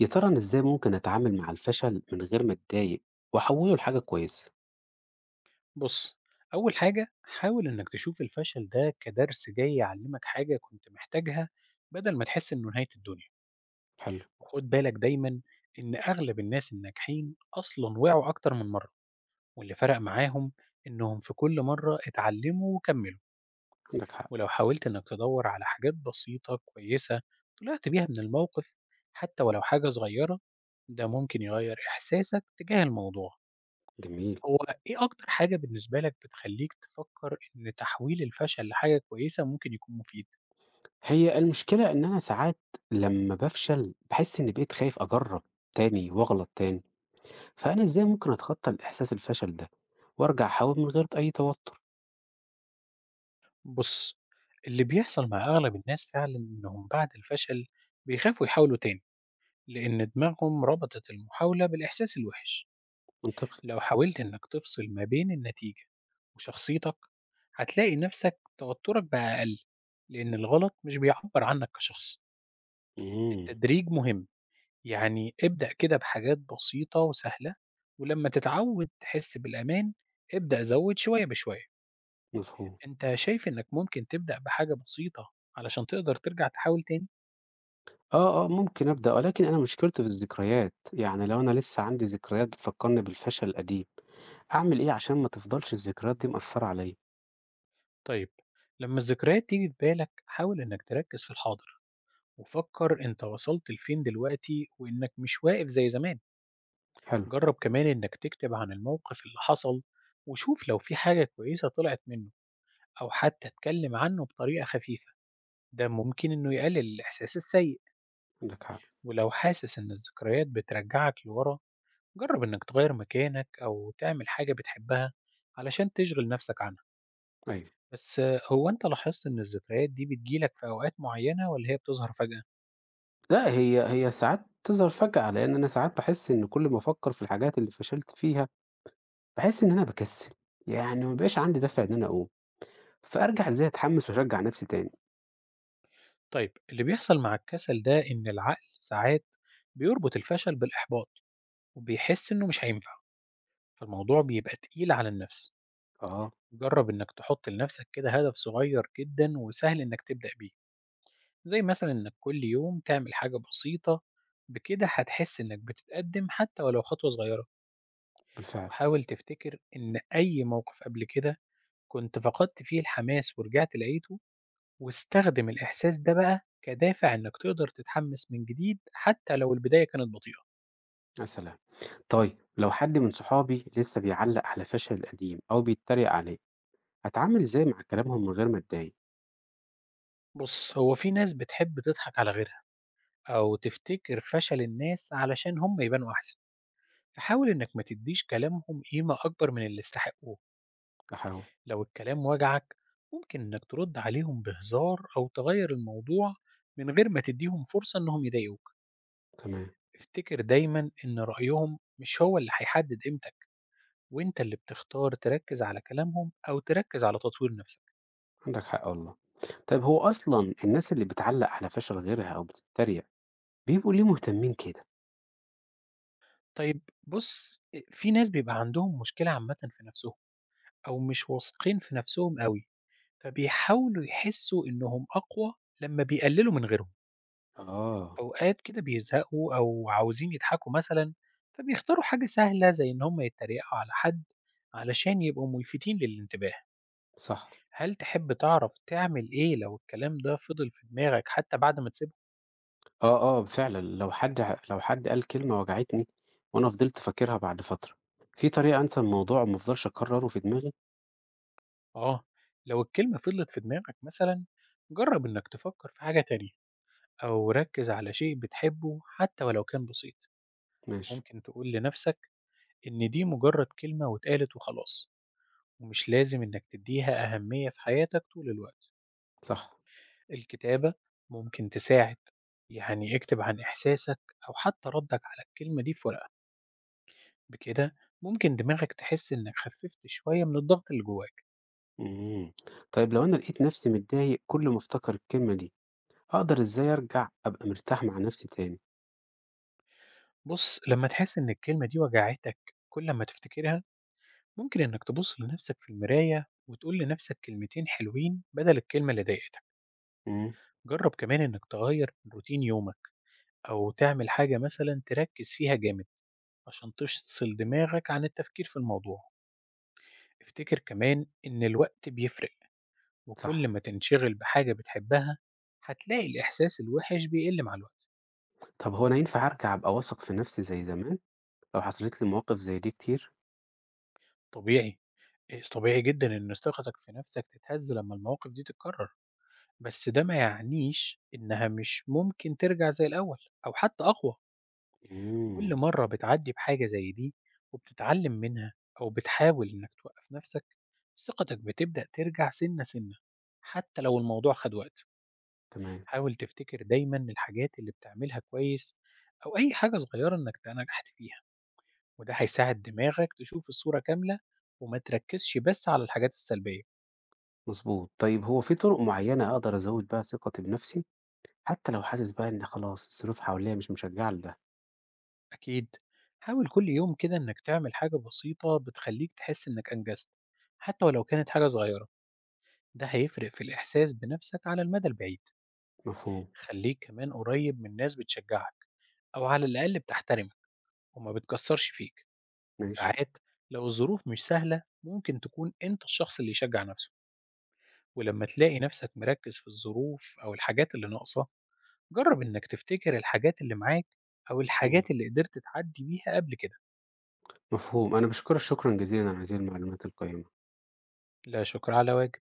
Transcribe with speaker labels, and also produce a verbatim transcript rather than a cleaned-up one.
Speaker 1: يا ترى أنا إزاي ممكن أتعامل مع الفشل من غير ما أتضايق وأحوله لحاجة كويسة؟
Speaker 2: بُص، أول حاجة حاول إنك تشوف الفشل ده كدرس جاي يعلمك حاجة كنت محتاجها بدل ما تحس إنه نهاية الدنيا.
Speaker 1: حلو.
Speaker 2: وخد بالك دايمًا إن أغلب الناس الناجحين أصلًا وقعوا أكتر من مرة، واللي فرق معاهم إنهم في كل مرة اتعلموا وكمّلوا.
Speaker 1: عندك حق.
Speaker 2: ولو حاولت إنك تدوّر على حاجات بسيطة كويسة طلعت بيها من الموقف حتى ولو حاجة صغيرة، ده ممكن يغيّر إحساسك تجاه الموضوع.
Speaker 1: جميل.
Speaker 2: هو إيه أكتر حاجة بالنسبة لك بتخلّيك تفكّر إن تحويل الفشل لحاجة كويسة ممكن يكون مفيد؟
Speaker 1: هي المشكلة إن أنا ساعات لما بفشل بحس إني بقيت خايف أجرب تاني وأغلط تاني، فأنا إزاي ممكن أتخطى الإحساس الفشل ده وأرجع أحاول من غير أي توتر؟
Speaker 2: بُص، اللي بيحصل مع أغلب الناس فعلًا إنهم بعد الفشل بيخافوا يحاولوا تاني، لإن دماغهم ربطت المحاولة بالإحساس الوحِش.
Speaker 1: منطقي.
Speaker 2: لو حاولت إنك تفصل ما بين النتيجة وشخصيتك، هتلاقي نفسك توتُّرك بقى أقل، لإن الغلط مش بيعبّر عنك كشخص.
Speaker 1: امم
Speaker 2: التدريج مهم، يعني ابدأ كده بحاجات بسيطة وسهلة، ولما تتعود تحس بالأمان ابدأ زود شوية بشوية.
Speaker 1: مفهوم.
Speaker 2: انت شايف انك ممكن تبدأ بحاجة بسيطة علشان تقدر ترجع تحاول تاني؟
Speaker 1: آه آه، ممكن أبدأ، ولكن أنا مشكلتي في الذكريات، يعني لو أنا لسه عندي ذكريات بتفكرني بالفشل القديم، أعمل إيه عشان ما تفضلش الذكريات دي مأثرة عليا؟
Speaker 2: طيب، لما الذكريات تيجي في بالك حاول انك تركز في الحاضر وفكر انت وصلت لفين دلوقتي وانك مش واقف زي زمان.
Speaker 1: حلو.
Speaker 2: جرب كمان انك تكتب عن الموقف اللي حصل وشوف لو في حاجة كويسة طلعت منه، او حتى اتكلم عنه بطريقة خفيفة، ده ممكن انه يقلل الاحساس السيء.
Speaker 1: عندك حق.
Speaker 2: ولو حاسس إن الذكريات بترجعك لورا، جرب إنك تغير مكانك أو تعمل حاجة بتحبها علشان تشغل نفسك عنها.
Speaker 1: أيوه.
Speaker 2: بس آه، هو أنت لاحظت إن الذكريات دي بتجيلك في أوقات معينة ولا هي بتظهر فجأة؟
Speaker 1: لأ، هي هي ساعات تظهر فجأة، لإن أنا ساعات باحس إن كل ما أفكّر في الحاجات اللي فشلت فيها، باحس إن أنا باكسّل، يعني ما بيبقاش عندي دافع إن أنا أقوم، فأرجع إزاي أتحمّس وأشجّع نَفْسي تاني؟
Speaker 2: طيب، اللي بيحصل مع الكسل ده إن العقل ساعات بيربط الفشل بالإحباط وبيحس إنه مش هينفع، فالموضوع بيبقى تقيل على النفس.
Speaker 1: آه.
Speaker 2: جرب إنك تحط لنفسك كده هدف صغير جدا وسهل إنك تبدأ بيه، زي مثلا إنك كل يوم تعمل حاجة بسيطة، بكده هتحس إنك بتتقدم حتى ولو خطوة صغيرة.
Speaker 1: بالفعل.
Speaker 2: وحاول تفتكر إن أي موقف قبل كده كنت فقدت فيه الحماس ورجعت لقيته، واستخدم الإحساس ده بقى كدافع إنك تقدر تتحمس من جديد حتى لو البداية كانت بطيئة.
Speaker 1: يا سلام! طيب لو حد من صحابي لسه بيعلّق على فشلي القديم أو بيتريق عليّا، أتعامل إزاي مع كلامهم من غير ما أتضايق؟
Speaker 2: بص، هو في ناس بتحب تضحك على غيرها أو تفتكر فشل الناس علشان هم يبانوا أحسن، فحاول إنك ما تديش كلامهم قيمة أكبر من اللي استحقوه.
Speaker 1: أحاول.
Speaker 2: لو الكلام وجعك، ممكن إنك ترد عليهم بهزار أو تغير الموضوع من غير ما تديهم فرصة إنهم يضايقوك.
Speaker 1: تمام.
Speaker 2: افتكر دايما إن رأيهم مش هو اللي هيحدد قيمتك، وإنت اللي بتختار تركز على كلامهم أو تركز على تطوير نفسك.
Speaker 1: عندك حق والله. طيب هو أصلًا الناس اللي بتعلّق على فشل غيرها أو بتتريق، بيبقوا ليه مهتمين كده؟
Speaker 2: طيب، بص، في ناس بيبقى عندهم مشكلة عامة في نفسهم أو مش واثقين في نفسهم قوي، فبيحاولوا يحسوا إنهم أقوى لما بيقللوا من غيرهم.
Speaker 1: آه.
Speaker 2: أوقات كده بيزهقوا أو عاوزين يضحكوا مثلا، فبيختاروا حاجة سهلة زي إن هم يتريقوا على حد علشان يبقوا ملفتين للانتباه.
Speaker 1: صح.
Speaker 2: هل تحب تعرف تعمل إيه لو الكلام ده فضل في دماغك حتى بعد ما تسيبه؟
Speaker 1: آه، آه، فعلًا لو حد ه لو حد قال كلمة وجعتني وأنا فضلت فاكرها بعد فترة، في طريقة أنسى الموضوع وما افضلش أكرره في دماغي؟
Speaker 2: آه، لو الكلمة فضلت في دماغك مثلا، جرب إنك تفكر في حاجة تانية أو ركز على شيء بتحبه حتى ولو كان بسيط.
Speaker 1: ماشي.
Speaker 2: ممكن تقول لنفسك إن دي مجرد كلمة واتقالت وخلاص، ومش لازم إنك تديها أهمية في حياتك طول الوقت.
Speaker 1: صح.
Speaker 2: الكتابة ممكن تساعد، يعني اكتب عن إحساسك أو حتى ردك على الكلمة دي في ورقة، بكده ممكن دماغك تحس إنك خففت شوية من الضغط اللي جواك.
Speaker 1: إمم. طيب لو أنا لقيت نفسي متضايق كل ما افتكر الكلمة دي، أقدر إزاي أرجع أبقى مرتاح مع نفسي تاني؟
Speaker 2: بُص، لما تحس إن الكلمة دي وجعتك كل ما تفتكرها، ممكن إنك تبُص لنفسك في المراية وتقول لنفسك كلمتين حلوين بدل الكلمة اللي ضايقتك.
Speaker 1: إمم.
Speaker 2: جرب كمان إنك تغير من روتين يومك أو تعمل حاجة مثلًا تركز فيها جامد عشان تفصل دماغك عن التفكير في الموضوع. افتكر كمان إن الوقت بيفرق. وكل
Speaker 1: صح.
Speaker 2: ما تنشغل بحاجة بتحبها هتلاقي الإحساس الوحش بيقل مع الوقت.
Speaker 1: طب هو أنا ينفع أرجع أبقى واثق في نفسي زي زمان لو حصلت لي مواقف زي دي كتير؟
Speaker 2: طبيعي، إيه، طبيعي جدا إن ثقتك في نفسك تتهز لما المواقف دي تتكرر، بس ده ما يعنيش إنها مش ممكن ترجع زي الأول أو حتى أقوى. كل
Speaker 1: إمم.
Speaker 2: مرة بتعدي بحاجة زي دي وبتتعلم منها أو بتحاول إنك توقف نفسك، ثقتك بتبدأ ترجع سنة سنة حتى لو الموضوع خد وقت.
Speaker 1: تمام.
Speaker 2: حاول تفتكر دايما الحاجات اللي بتعملها كويس أو أي حاجة صغيرة إنك نجحت فيها، وده هيساعد دماغك تشوف الصورة كاملة وما تركزش بس على الحاجات السلبية.
Speaker 1: مضبوط. طيب هو في طرق معينة أقدر أزود بيها ثقتي بنفسي حتى لو حاسس بقى إن خلاص الظروف حواليّا مش مشجعة لده؟
Speaker 2: أكيد، حاول كل يوم كده إنك تعمل حاجة بسيطة بتخليك تحس إنك أنجزت حتى ولو كانت حاجة صغيرة، ده هيفرق في الإحساس بنفسك على المدى البعيد.
Speaker 1: مفهوم.
Speaker 2: خليك كمان قريب من ناس بتشجعك أو على الأقل بتحترمك وما بتكسرش فيك.
Speaker 1: ماشي.
Speaker 2: ساعات لو الظروف مش سهلة ممكن تكون أنت الشخص اللي يشجع نفسه، ولما تلاقي نفسك مركز في الظروف أو الحاجات اللي ناقصة جرب إنك تفتكر الحاجات اللي معاك أو
Speaker 1: إمم.
Speaker 2: الحاجات اللي قدرت تعدي بيها قبل كده.
Speaker 1: مفهوم. أنا باشكرك شكرًا جزيلًا على هذه المعلومات القيّمة.
Speaker 2: لا شكر على واجب.